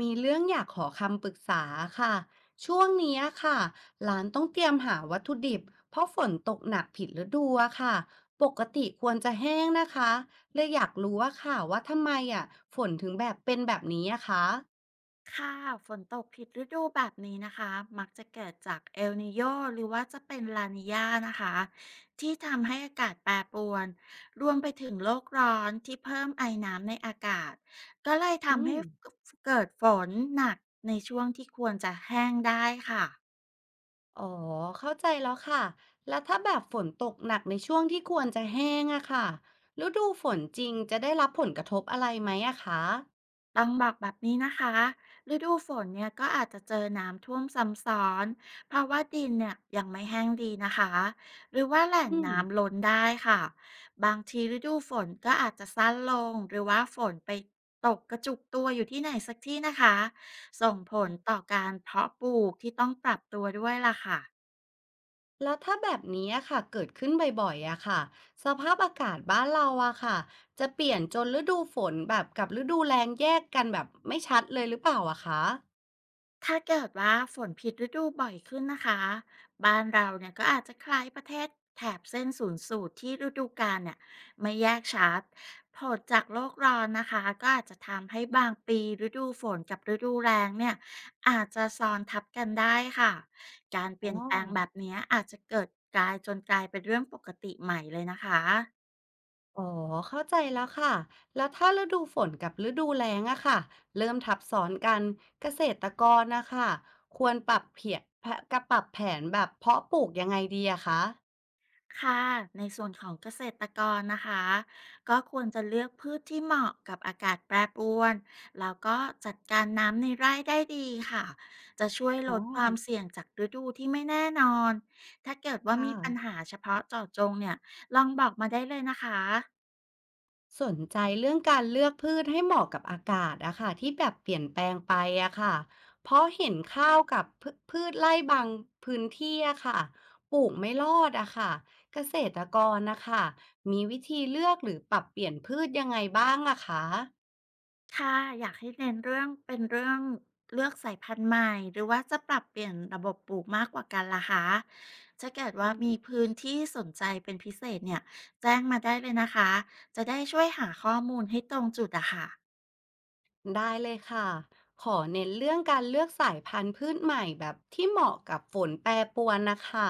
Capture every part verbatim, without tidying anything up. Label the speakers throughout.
Speaker 1: มีเรื่องอยากขอคำปรึกษาค่ะช่วงเนี้ยค่ะร้านต้องเตรียมหาวัตถุดิบเพราะฝนตกหนักผิดฤดูอะค่ะปกติควรจะแห้งนะคะเลยอยากรู้ว่าค่ะว่าทำไมอ่ะฝนถึงแบบเป็นแบบนี้อะคะ
Speaker 2: ค่ะฝนตกผิดฤดูแบบนี้นะคะ มักจะเกิดจากเอลนิโยหรือว่าจะเป็นลานิญานะคะที่ทำให้อากาศแปรปรวนรวมไปถึงโลกร้อนที่เพิ่มไอน้ำในอากาศก็เลย
Speaker 1: อื
Speaker 2: ทำให้
Speaker 1: ม
Speaker 2: เกิดฝนหนักในช่วงที่ควรจะแห้งได้ค่ะ
Speaker 1: อ๋อเข้าใจแล้วค่ะแล้วถ้าแบบฝนตกหนักในช่วงที่ควรจะแห้งอะค่ะฤดูฝนจริงจะได้รับผลกระทบอะไรไหมอะคะ
Speaker 2: ต้องบอกแบบนี้นะคะฤดูฝนเนี่ยก็อาจจะเจอน้ำท่วมซ้ำซ้อนเพราะว่าดินเนี่ยยังไม่แห้งดีนะคะหรือว่าแหล่ง
Speaker 1: อืม
Speaker 2: น้ำล้นได้ค่ะบางทีฤดูฝนก็อาจจะสั้นลงหรือว่าฝนไปตกกระจุกตัวอยู่ที่ไหนสักที่นะคะส่งผลต่อการเพาะปลูกที่ต้องปรับตัวด้วยล่ะค่ะ
Speaker 1: แล้วถ้าแบบนี้อะค่ะเกิดขึ้นบ่อยๆอะค่ะสภาพอากาศบ้านเราอะค่ะจะเปลี่ยนจนฤดูฝนแบบกับฤดูแล้งแยกกันแบบไม่ชัดเลยหรือเปล่าอะคะ
Speaker 2: ถ้าเกิดว่าฝนผิดฤดูบ่อยขึ้นนะคะบ้านเราเนี่ยก็อาจจะคล้ายประเทศแถบเส้นศูนย์สูตรที่ฤดูกาลเนี่ยไม่แยกชัดผลจากโลกร้อนนะคะก็อาจจะทำให้บางปีฤดูฝนกับฤดูแล้งเนี่ยอาจจะซ้อนทับกันได้ค่ะการเป
Speaker 1: อ๋อ
Speaker 2: ลี่ยนแปลงแบบเนี้ยอาจจะเกิดกลายจนกลายเป็นเรื่องปกติใหม่เลยนะคะ
Speaker 1: อ๋อเข้าใจแล้วค่ะแล้วถ้าฤดูฝนกับฤดูแล้งอะค่ะเริ่มทับซ้อนกันเกษตรกรนะคะควรปรับเพียกับปรับแผนแบบเพาะปลูกยังไงดีอะคะ
Speaker 2: ค่ะ ในส่วนของเกษตรกรนะคะ ก็ควรจะเลือกพืชที่เหมาะกับอากาศแปรปรวน แล้วก็จัดการน้ำในไร่ได้ดีค่ะ จะช่วยล
Speaker 1: อ๋อ
Speaker 2: ดความเสี่ยงจากฤดูที่ไม่แน่นอน ถ้าเกิดว่า
Speaker 1: ค่ะ
Speaker 2: มีปัญหาเฉพาะเจาะจงเนี่ย ลองบอกมาได้เลยนะคะ
Speaker 1: สนใจเรื่องการเลือกพืชให้เหมาะกับอากาศอะค่ะที่แบบเปลี่ยนแปลงไปอะค่ะเพราะเห็นข้าวกับพืพืชไร่บางพื้นที่อะค่ะปลูกไม่รอดอะค่ะเกษตรกรนะคะมีวิธีเลือกหรือปรับเปลี่ยนพืชยังไงบ้างอะคะ
Speaker 2: ค่ะอยากให้เน้นเรื่องเป็นเรื่องเลือกสายพันธุ์ใหม่หรือว่าจะปรับเปลี่ยนระบบปลูกมากกว่ากันล่ะคะถ้าเกิดว่า
Speaker 1: อื
Speaker 2: มี
Speaker 1: ม
Speaker 2: พื้นที่สนใจเป็นพิเศษเนี่ยแจ้งมาได้เลยนะคะจะได้ช่วยหาข้อมูลให้ตรงจุดอะค่ะ
Speaker 1: ได้เลยค่ะขอเน้นเรื่องการเลือกสายพันธุ์พืชใหม่แบบที่เหมาะกับฝนแปรปรวนนะคะ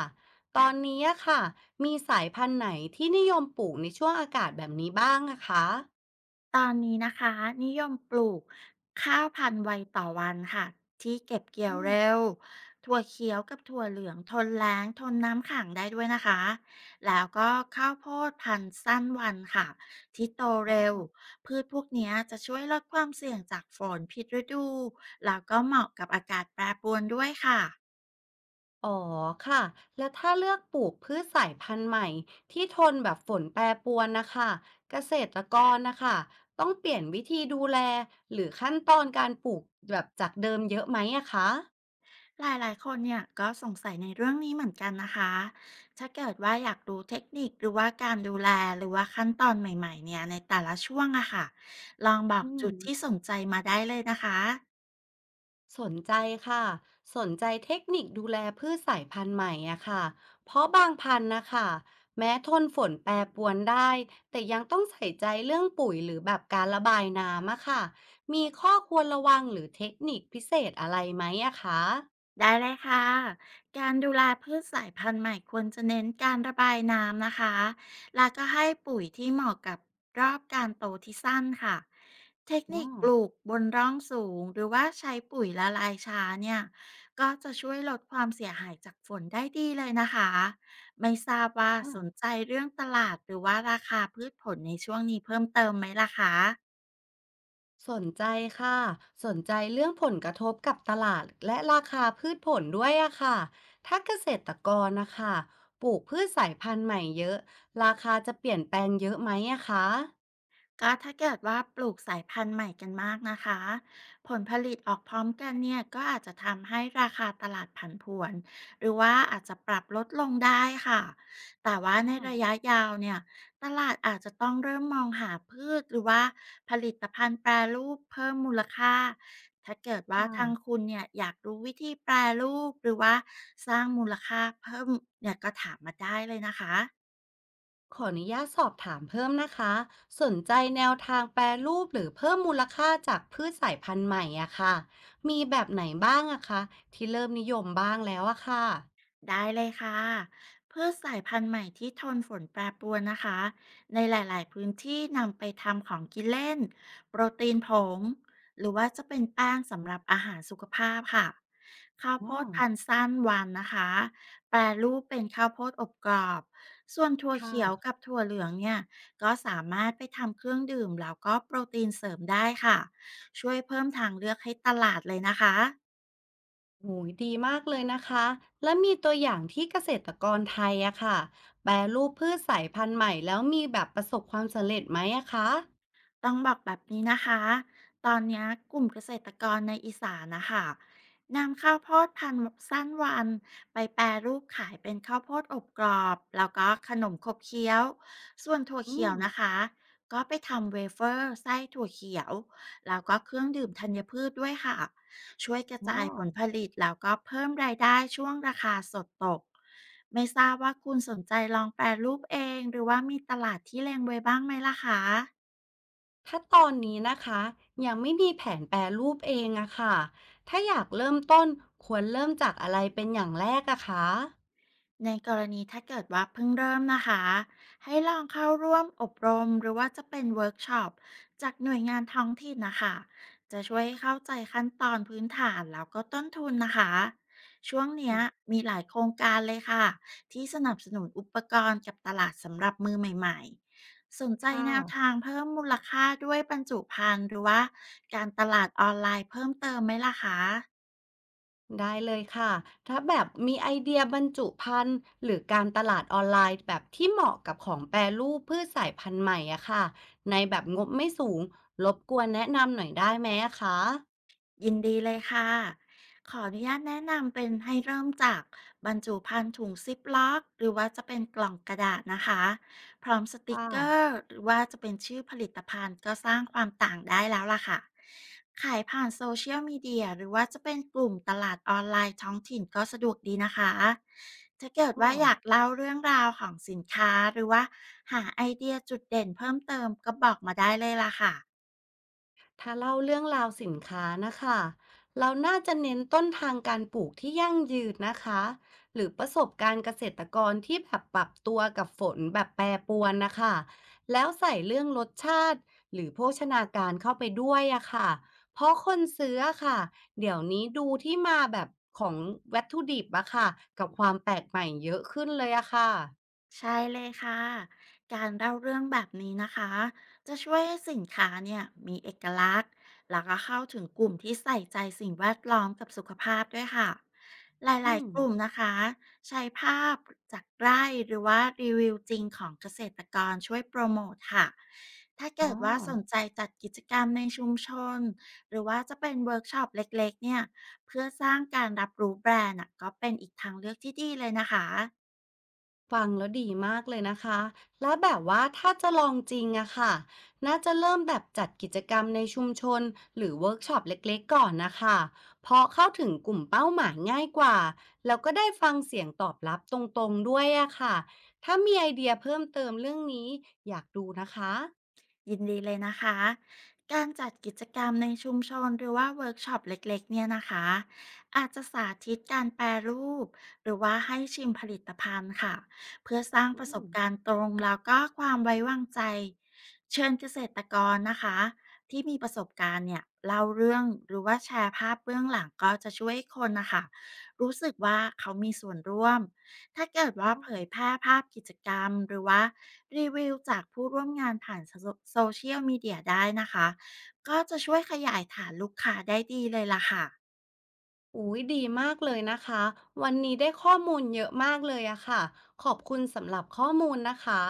Speaker 1: ตอนนี้อะค่ะมีสายพันธุ์ไหนที่นิยมปลูกในช่วงอากาศแบบนี้บ้างอะคะ
Speaker 2: ตอนนี้นะคะนิยมปลูกข้าวพันธุ์ไวต่อวันค่ะที่เก็บเกี่ยว
Speaker 1: อืม
Speaker 2: เร็วถั่วเขียวกับถั่วเหลืองทนแล้งทนน้ำขังได้ด้วยนะคะแล้วก็ข้าวโพดพันธุ์สั้นวันค่ะที่โต
Speaker 1: อ๋อ
Speaker 2: เร็วพืชพวกเนี้ยจะช่วยลดความเสี่ยงจากฝนผิดฤดูแล้วก็เหมาะกับอากาศแปรปรวนด้วยค่ะ
Speaker 1: อ๋อค่ะแล้วถ้าเลือกปลูกพืชสายพันธุ์ใหม่ที่ทนแบบฝนแปรปรวนนะคะเกษตรกรนะคะต้องเปลี่ยนวิธีดูแลหรือขั้นตอนการปลูกแบบจากเดิมเยอะไหมอะคะ
Speaker 2: หลายๆคนเนี่ยก็สงสัยในเรื่องนี้เหมือนกันนะคะ ถ้าเกิดว่าอยากรู้เทคนิคหรือว่าการดูแลหรือว่าขั้นตอนใหม่ๆเนี่ยในแต่ละช่วงอะค่ะลองบอก
Speaker 1: อื
Speaker 2: จุ
Speaker 1: ม
Speaker 2: ดที่สนใจมาได้เลยนะคะ
Speaker 1: สนใจค่ะสนใจเทคนิคดูแลพืชสายพันธุ์ใหม่อะค่ะเพราะบางพันธุ์นะคะแม้ทนฝนแปรปรวนได้แต่ยังต้องใส่ใจเรื่องปุ๋ยหรือแบบการระบายน้ำอะค่ะมีข้อควรระวังหรือเทคนิคพิเศษอะไรไหมอะคะ
Speaker 2: ได้เลยค่ะการดูแลพืชสายพันธุ์ใหม่ควรจะเน้นการระบายน้ำนะคะแล้วก็ให้ปุ๋ยที่เหมาะกับรอบการโตที่สั้นค่ะ เทค
Speaker 1: อ๋อ
Speaker 2: นิคปลูกบนร่องสูงหรือว่าใช้ปุ๋ยละลายช้าเนี่ยก็จะช่วยลดความเสียหายจากฝนได้ดีเลยนะคะไม่ทราบว่า
Speaker 1: อ่า
Speaker 2: สนใจเรื่องตลาดหรือว่าราคาพืชผลในช่วงนี้เพิ่มเติมไหมล่ะคะ
Speaker 1: สนใจค่ะสนใจเรื่องผลกระทบกับตลาดและราคาพืชผลด้วยอะค่ะถ้าเกษตรกรนะคะปลูกพืชสายพันธุ์ใหม่เยอะราคาจะเปลี่ยนแปลงเยอะไหมอะคะ
Speaker 2: ก็ถ้าเกิดว่าปลูกสายพันธุ์ใหม่กันมากนะคะผลผลิตออกพร้อมกันเนี่ยก็อาจจะทำให้ราคาตลาดผันผวนหรือว่าอาจจะปรับลดลงได้ค่ะแต่ว่า
Speaker 1: อ๋อ
Speaker 2: ในระยะยาวเนี่ยตลาดอาจจะต้องเริ่มมองหาพืชหรือว่าผลิตภัณฑ์แปรรูปเพิ่มมูลค่าถ้าเกิดว่า
Speaker 1: ค่ะ
Speaker 2: ทางคุณเนี่ยอยากรู้วิธีแปรรูปหรือว่าสร้างมูลค่าเพิ่มเนี่ยก็ถามมาได้เลยนะคะ
Speaker 1: ขออนุญาตสอบถามเพิ่มนะคะสนใจแนวทางแปรรูปหรือเพิ่มมูลค่าจากพืชสายพันธุ์ใหม่อะค่ะมีแบบไหนบ้างอะคะที่เริ่มนิยมบ้างแล้วอะค่ะ
Speaker 2: ได้เลยค่ะพืชสายพันธุ์ใหม่ที่ทนฝนแปรปรวนนะคะในหลายๆพื้นที่นำไปทำของกินเล่นโปรตีนผงหรือว่าจะเป็นแป้งสำหรับอาหารสุขภาพค่ะข้าว
Speaker 1: อ๋
Speaker 2: โพ
Speaker 1: อ
Speaker 2: ดพันธุ์สั้นวันนะคะแปรรูปเป็นข้าวโพดอบกรอบส่วนถั่วเขียว
Speaker 1: ค่ะ
Speaker 2: กับถั่วเหลืองเนี่ยก็สามารถไปทำเครื่องดื่มแล้วก็โปรตีนเสริมได้ค่ะช่วยเพิ่มทางเลือกให้ตลาดเลยนะคะ
Speaker 1: โอ้ยดีมากเลยนะคะ แล้วมีตัวอย่างที่เกษตรกรไทยอะค่ะแปรรูปพืชสายพันธุ์ใหม่แล้วมีแบบประสบความสำเร็จไหมอะคะ
Speaker 2: ต้องบอกแบบนี้นะคะตอนเนี้ยกลุ่มเกษตรกรในอีสานนะคะนำข้าวโพดพันธุ์สั้นวันไปแปรรูปขายเป็นข้าวโพดอบกรอบแล้วก็ขนมขบเคี้ยวส่วนถั่ว
Speaker 1: อื
Speaker 2: เขียว
Speaker 1: ม
Speaker 2: นะคะก็ไปทำเวเฟอร์ไส้ถั่วเขียวแล้วก็เครื่องดื่มธัญพืชด้วยค่ะช่วยกระ
Speaker 1: อ๋อ
Speaker 2: จายผลผลิตแล้วก็เพิ่มรายได้ช่วงราคาสดตก ไม่ทราบว่าคุณสนใจลองแปรรูปเองหรือว่ามีตลาดที่แรงไว้บ้างไหมล่ะคะ
Speaker 1: ถ้าตอนนี้นะคะยังไม่มีแผนแปรรูปเองอะค่ะถ้าอยากเริ่มต้นควรเริ่มจากอะไรเป็นอย่างแรกอะคะ
Speaker 2: ในกรณีถ้าเกิดว่าเพิ่งเริ่มนะคะให้ลองเข้าร่วมอบรมหรือว่าจะเป็นเวิร์กช็อปจากหน่วยงานท้องถิ่นนะคะจะช่วยให้เข้าใจขั้นตอนพื้นฐานแล้วก็ต้นทุนนะคะช่วง
Speaker 1: อื
Speaker 2: เนี้ย
Speaker 1: ม
Speaker 2: มีหลายโครงการเลยค่ะที่สนับสนุนอุปกรณ์กับตลาดสำหรับมือใหม่ๆสนใจ
Speaker 1: ค่ะ
Speaker 2: แนวทางเพิ่มมูลค่าด้วยบรรจุภัณฑ์หรือว่าการตลาดออนไลน์เพิ่มเติมไหมล่ะคะ
Speaker 1: ได้เลยค่ะ ถ้าแบบมีไอเดียบรรจุภัณฑ์หรือการตลาดออนไลน์แบบที่เหมาะกับของแปรรูปพืชสายพันธุ์ใหม่อะค่ะ ในแบบงบไม่สูงรบกวนแนะนำหน่อยได้ไหมอะคะ
Speaker 2: ยินดีเลยค่ะ ขออนุญาตแนะนำเป็นให้เริ่มจากบรรจุภัณฑ์ถุงซิปล็อกหรือว่าจะเป็นกล่องกระดาษนะคะพร้อมสติก
Speaker 1: ค่ะ
Speaker 2: เกอร์หรือว่าจะเป็นชื่อผลิตภัณฑ์ก็สร้างความต่างได้แล้วล่ะค่ะขายผ่านโซเชียลมีเดียหรือว่าจะเป็นกลุ่มตลาดออนไลน์ท้องถิ่นก็สะดวกดีนะคะ ถ้าเกิด
Speaker 1: ก็
Speaker 2: ว่าอยากเล่าเรื่องราวของสินค้าหรือว่าหาไอเดียจุดเด่นเพิ่มเติมก็บอกมาได้เลยล่ะค่ะ
Speaker 1: ถ้าเล่าเรื่องราวสินค้านะคะเราน่าจะเน้นต้นทางการปลูกที่ยั่งยืนนะคะหรือประสบการณ์เกษตรกรที่แบบปรับตัวกับฝนแบบแปรปรวนนะคะแล้วใส่เรื่องรสชาติหรือโภชนาการเข้าไปด้วยอะค่ะเพราะคนซื้ออะค่ะเดี๋ยวนี้ดูที่มาแบบของวัตถุดิบอะค่ะกับความแปลกใหม่เยอะขึ้นเลยอะค่ะ
Speaker 2: ใช่เลยค่ะ การเล่าเรื่องแบบนี้นะคะ จะช่วยให้สินค้าเนี่ยมีเอกลักษณ์แล้วก็เข้าถึงกลุ่มที่ใส่ใจสิ่งแวดล้อมกับสุขภาพด้วยค่ะ ห
Speaker 1: อื
Speaker 2: ลาย
Speaker 1: ม
Speaker 2: ๆกลุ่มนะคะใช้ภาพจากไร่หรือว่ารีวิวจริงของเกษตรกรช่วยโปรโมทค่ะ ถ้า
Speaker 1: อ๋
Speaker 2: เกิ
Speaker 1: อ
Speaker 2: ดว่าสนใจจัดกิจกรรมในชุมชนหรือว่าจะเป็นเวิร์กช็อปเล็กๆเนี่ยเพื่อสร้างการรับรู้แบรนด์อะก็เป็นอีกทางเลือกที่ดีเลยนะคะ
Speaker 1: ฟังแล้วดีมากเลยนะคะ แล้วแบบว่าถ้าจะลองจริงอะค่ะน่าจะเริ่มแบบจัดกิจกรรมในชุมชนหรือเวิร์กช็อปเล็กๆก่อนนะคะเพราะเข้าถึงกลุ่มเป้าหมายง่ายกว่า แล้วก็ได้ฟังเสียงตอบรับตรงๆด้วยอะค่ะถ้ามีไอเดียเพิ่มเติมเรื่องนี้อยากดูนะคะ
Speaker 2: ยินดีเลยนะคะการจัดกิจกรรมในชุมชนหรือว่าเวิร์กช็อปเล็กๆเนี่ยนะคะอาจจะสาธิตการแปรรูปหรือว่าให้ชิมผลิตภัณฑ์ค่ะเพื่อสร้าง
Speaker 1: อื
Speaker 2: ประสบ
Speaker 1: ม
Speaker 2: การณ์ตรงแล้วก็ความไว้วางใจเชิญเกษตรกรนะคะที่มีประสบการณ์เนี่ยเล่าเรื่องหรือว่าแชร์ภาพเบื้องหลังก็จะช่วยให้คนนะคะรู้สึกว่าเขามีส่วนร่วม ถ้าเกิดว่า
Speaker 1: อ๋อ
Speaker 2: เผยแพร่ภาพกิจกรรมหรือว่ารีวิวจากผู้ร่วมงานผ่านโซเชียลมีเดียได้นะคะก็จะช่วยขยายฐานลูกค้าได้ดีเลยล่ะค่ะ
Speaker 1: อุ้ยดีมากเลยนะคะวันนี้ได้ข้อมูลเยอะมากเลยอะค่ะขอบคุณสำหรับข้อมูลนะคะ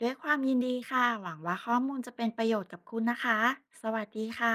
Speaker 2: ด้วยความยินดีค่ะหวังว่าข้อมูลจะเป็นประโยชน์กับคุณนะคะสวัสดีค่ะ